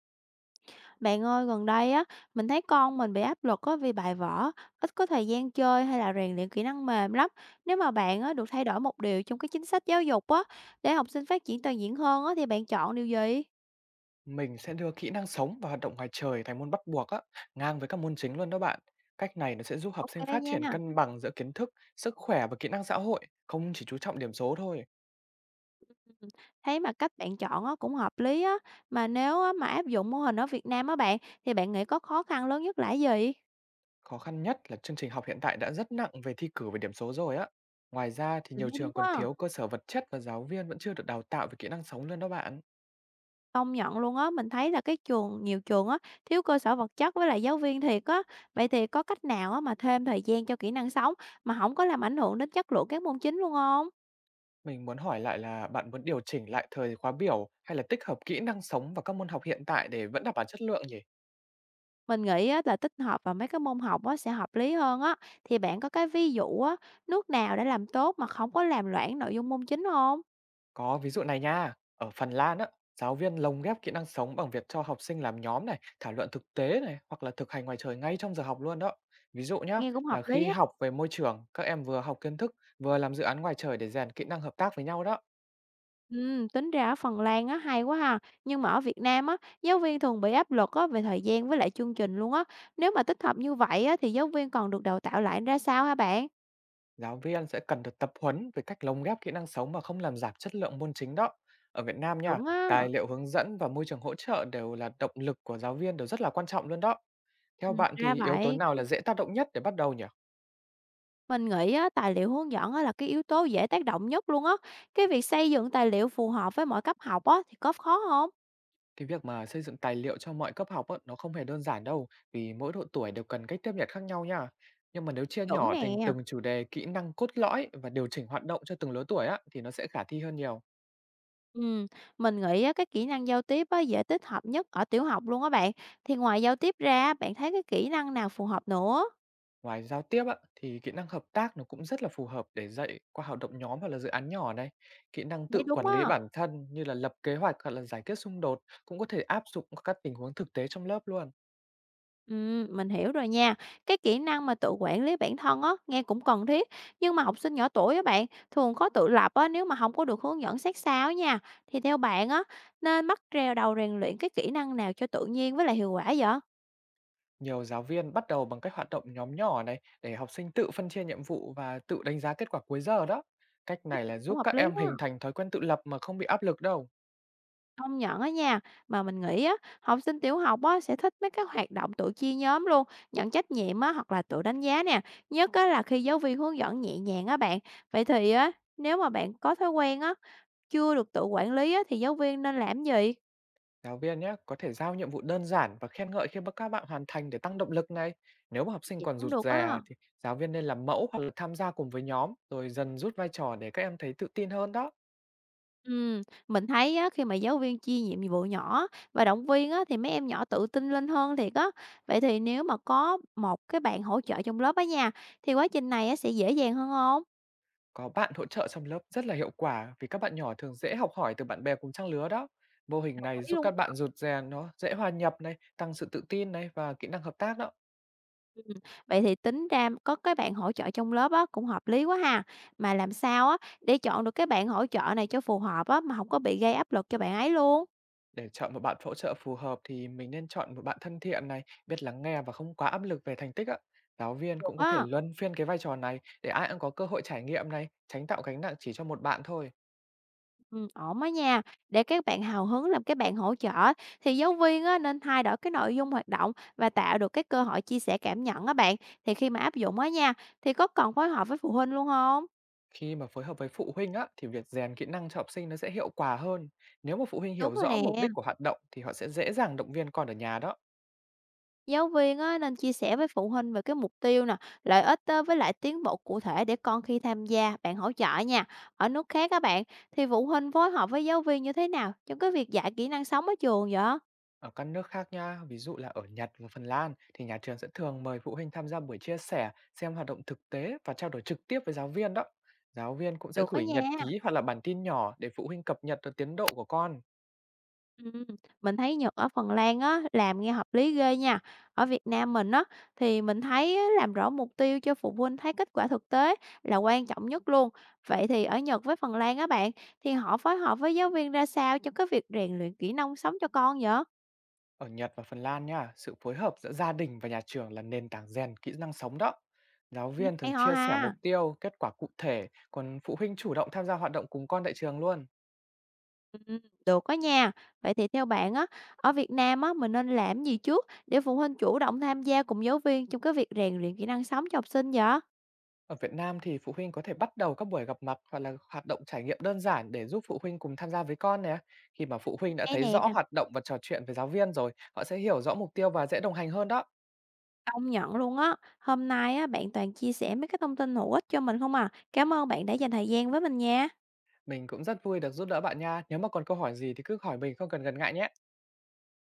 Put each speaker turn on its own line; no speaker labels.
Bạn ơi, gần đây á, mình thấy con mình bị áp lực á vì bài vở, ít có thời gian chơi hay là rèn luyện kỹ năng mềm lắm. Nếu mà bạn á, được thay đổi một điều trong cái chính sách giáo dục á, để học sinh phát triển toàn diện hơn á, thì bạn chọn điều gì?
Mình sẽ đưa kỹ năng sống và hoạt động ngoài trời thành môn bắt buộc á, ngang với các môn chính luôn đó bạn. Cách này nó sẽ giúp học
Ok
sinh phát triển
nha.
cân bằng giữa kiến thức, sức khỏe và kỹ năng xã hội, không chỉ chú trọng điểm số thôi.
Ừ, thấy mà cách bạn chọn á, cũng hợp lý á. Mà nếu á, mà áp dụng mô hình ở Việt Nam á bạn, thì bạn nghĩ có khó khăn lớn nhất là cái gì?
Khó khăn nhất là chương trình học hiện tại đã rất nặng về thi cử và điểm số rồi á. Ngoài ra thì
Mình
nhiều
thấy đúng
trường còn
á.
thiếu cơ sở vật chất và giáo viên vẫn chưa được đào tạo về kỹ năng sống luôn đó bạn.
Công nhận luôn á, mình thấy là cái trường nhiều trường á, thiếu cơ sở vật chất với lại giáo viên thiệt á. Vậy thì có cách nào á mà thêm thời gian cho kỹ năng sống mà không có làm ảnh hưởng đến chất lượng các môn chính luôn không?
Mình muốn hỏi lại là bạn muốn điều chỉnh lại thời khóa biểu hay là tích hợp kỹ năng sống vào các môn học hiện tại để vẫn đảm bảo chất lượng nhỉ?
Mình nghĩ á là tích hợp vào mấy cái môn học á sẽ hợp lý hơn á. Thì bạn có cái ví dụ á, nước nào đã làm tốt mà không có làm loãng nội dung môn chính không?
Có ví dụ này nha, ở Phần Lan á, giáo viên lồng ghép kỹ năng sống bằng việc cho học sinh làm nhóm này, thảo luận thực tế này, hoặc là thực hành ngoài trời ngay trong giờ học luôn đó. Ví dụ nhá,
Nghe cũng hợp
là
lý
khi
á.
học về môi trường, các em vừa học kiến thức, vừa làm dự án ngoài trời để rèn kỹ năng hợp tác với nhau đó.
Tính ra ở Phần Lan á, hay quá ha. Nhưng mà ở Việt Nam á, giáo viên thường bị áp lực á, về thời gian với lại chương trình luôn á. Nếu mà tích hợp như vậy á, thì giáo viên còn được đào tạo lại ra sao hả bạn?
Giáo viên sẽ cần được tập huấn về cách lồng ghép kỹ năng sống mà không làm giảm chất lượng môn chính đó. Ở Việt Nam nha,
Chuẩn á.
tài liệu hướng dẫn và môi trường hỗ trợ đều là động lực của giáo viên, đều rất là quan trọng luôn đó. Theo bạn
Ra
thì yếu tố
vậy.
nào là dễ tác động nhất để bắt đầu nhỉ?
Mình nghĩ á, tài liệu hướng dẫn á, là cái yếu tố dễ tác động nhất luôn á. Cái việc xây dựng tài liệu phù hợp với mỗi cấp học á, thì có khó không?
Cái việc mà xây dựng tài liệu cho mọi cấp học á, nó không hề đơn giản đâu, vì mỗi độ tuổi đều cần cách tiếp nhận khác nhau nha. Nhưng mà nếu chia
Chuẩn
nhỏ thành
nè.
từng chủ đề, kỹ năng cốt lõi và điều chỉnh hoạt động cho từng lứa tuổi á, thì nó sẽ khả thi hơn nhiều.
Ừm, mình nghĩ á, cái kỹ năng giao tiếp á, dễ tích hợp nhất ở tiểu học luôn á bạn. Thì ngoài giao tiếp ra bạn thấy cái kỹ năng nào phù hợp nữa?
Ngoài giao tiếp á, thì kỹ năng hợp tác nó cũng rất là phù hợp để dạy qua hoạt động nhóm hoặc là dự án nhỏ này. Kỹ năng
Thấy
tự
đúng
quản lý
á.
bản thân như là lập kế hoạch hoặc là giải quyết xung đột cũng có thể áp dụng các tình huống thực tế trong lớp luôn.
Mình hiểu rồi nha. Cái kỹ năng mà tự quản lý bản thân á, nghe cũng cần thiết. Nhưng mà học sinh nhỏ tuổi á bạn, thường khó tự lập á, nếu mà không có được hướng dẫn sát sao á nha. Thì theo bạn á, nên bắt rèo đầu rèn luyện cái kỹ năng nào cho tự nhiên với lại hiệu quả vậy?
Nhiều giáo viên bắt đầu bằng cách hoạt động nhóm nhỏ này, để học sinh tự phân chia nhiệm vụ và tự đánh giá kết quả cuối giờ đó. Cách này là
Cũng
giúp
hợp
các
lý
em
á,
hình thành thói quen tự lập mà không bị áp lực đâu.
công nhận á nha. Mà mình nghĩ á, học sinh tiểu học á, sẽ thích mấy cái hoạt động tự chia nhóm luôn, nhận trách nhiệm á, hoặc là tự đánh giá nè. Nhất á, là khi giáo viên hướng dẫn nhẹ nhàng á bạn. Vậy thì á, nếu mà bạn có thói quen á, chưa được tự quản lý á, thì giáo viên nên làm gì?
Giáo viên nhé, có thể giao nhiệm vụ đơn giản và khen ngợi khi mà các bạn hoàn thành để tăng động lực này. Nếu mà học sinh
Vậy
còn
cũng
rụt
được á.
rè thì giáo viên nên làm mẫu hoặc là tham gia cùng với nhóm, rồi dần rút vai trò để các em thấy tự tin hơn đó.
Ừm, mình thấy á, khi mà giáo viên chia nhiệm vụ nhỏ và động viên á, thì mấy em nhỏ tự tin lên hơn thiệt á. Vậy thì nếu mà có một cái bạn hỗ trợ trong lớp á nha, thì quá trình này á, sẽ dễ dàng hơn không?
Có bạn hỗ trợ trong lớp rất là hiệu quả, vì các bạn nhỏ thường dễ học hỏi từ bạn bè cùng trang lứa đó. Mô hình
Đồng
này
ý
giúp
luôn
các
á.
bạn rụt rè nó dễ hòa nhập này, tăng sự tự tin này và kỹ năng hợp tác đó.
Vậy thì tính ra có cái bạn hỗ trợ trong lớp á, cũng hợp lý quá ha. Mà làm sao á, để chọn được cái bạn hỗ trợ này cho phù hợp á, mà không có bị gây áp lực cho bạn ấy luôn?
Để chọn một bạn hỗ trợ phù hợp thì mình nên chọn một bạn thân thiện này, biết lắng nghe và không quá áp lực về thành tích ạ. Giáo viên
Được
cũng có thể
á.
luân phiên cái vai trò này để ai cũng có cơ hội trải nghiệm này, tránh tạo gánh nặng chỉ cho một bạn thôi.
Ổn á nha. Để các bạn hào hứng làm các bạn hỗ trợ thì giáo viên á, nên thay đổi cái nội dung hoạt động và tạo được cái cơ hội chia sẻ cảm nhận á bạn. Thì khi mà áp dụng á nha, thì có cần phối hợp với phụ huynh luôn không?
Khi mà phối hợp với phụ huynh á, thì việc rèn kỹ năng cho học sinh nó sẽ hiệu quả hơn. Nếu mà phụ huynh
Đúng
hiểu
rồi nè.
rõ mục đích của hoạt động thì họ sẽ dễ dàng động viên con ở nhà đó.
Giáo viên á, nên chia sẻ với phụ huynh về cái mục tiêu nè, lợi ích á, với lại tiến bộ cụ thể để con khi tham gia bạn hỗ trợ nha. Ở nước khác các bạn, thì phụ huynh phối hợp với giáo viên như thế nào trong cái việc dạy kỹ năng sống ở trường vậy?
Ở các nước khác nha, ví dụ là ở Nhật và Phần Lan, thì nhà trường sẽ thường mời phụ huynh tham gia buổi chia sẻ, xem hoạt động thực tế và trao đổi trực tiếp với giáo viên đó. Giáo viên cũng sẽ
Được á
gửi nhật
nha.
ký hoặc là bản tin nhỏ để phụ huynh cập nhật được tiến độ của con.
Ừm, mình thấy Nhật ở Phần Lan á, làm nghe hợp lý ghê nha. Ở Việt Nam mình á, thì mình thấy á, làm rõ mục tiêu cho phụ huynh thấy kết quả thực tế là quan trọng nhất luôn. Vậy thì ở Nhật với Phần Lan á bạn, thì họ phối hợp với giáo viên ra sao trong cái việc rèn luyện kỹ năng sống cho con vậy?
Ở Nhật và Phần Lan nha, sự phối hợp giữa gia đình và nhà trường là nền tảng rèn kỹ năng sống đó. Giáo
Nghe
viên
hay
thường
ho
chia sẻ
ha.
mục tiêu, kết quả cụ thể, còn phụ huynh chủ động tham gia hoạt động cùng con tại trường luôn.
Ừm, Được đó nha. Vậy thì theo bạn á, ở Việt Nam á, mình nên làm gì trước để phụ huynh chủ động tham gia cùng giáo viên trong cái việc rèn luyện kỹ năng sống cho học sinh vậy?
Ở Việt Nam thì phụ huynh có thể bắt đầu các buổi gặp mặt hoặc là hoạt động trải nghiệm đơn giản, để giúp phụ huynh cùng tham gia với con nè. Khi mà phụ huynh đã
Hay
thấy
nè.
rõ hoạt động và trò chuyện với giáo viên rồi, họ sẽ hiểu rõ mục tiêu và dễ đồng hành hơn đó.
Công nhận luôn á. Hôm nay á, bạn toàn chia sẻ mấy cái thông tin hữu ích cho mình không à. Cảm ơn bạn đã dành thời gian với mình nha.
Mình cũng rất vui được giúp đỡ bạn nha. Nếu mà còn câu hỏi gì thì cứ hỏi mình, không cần ngần ngại nhé.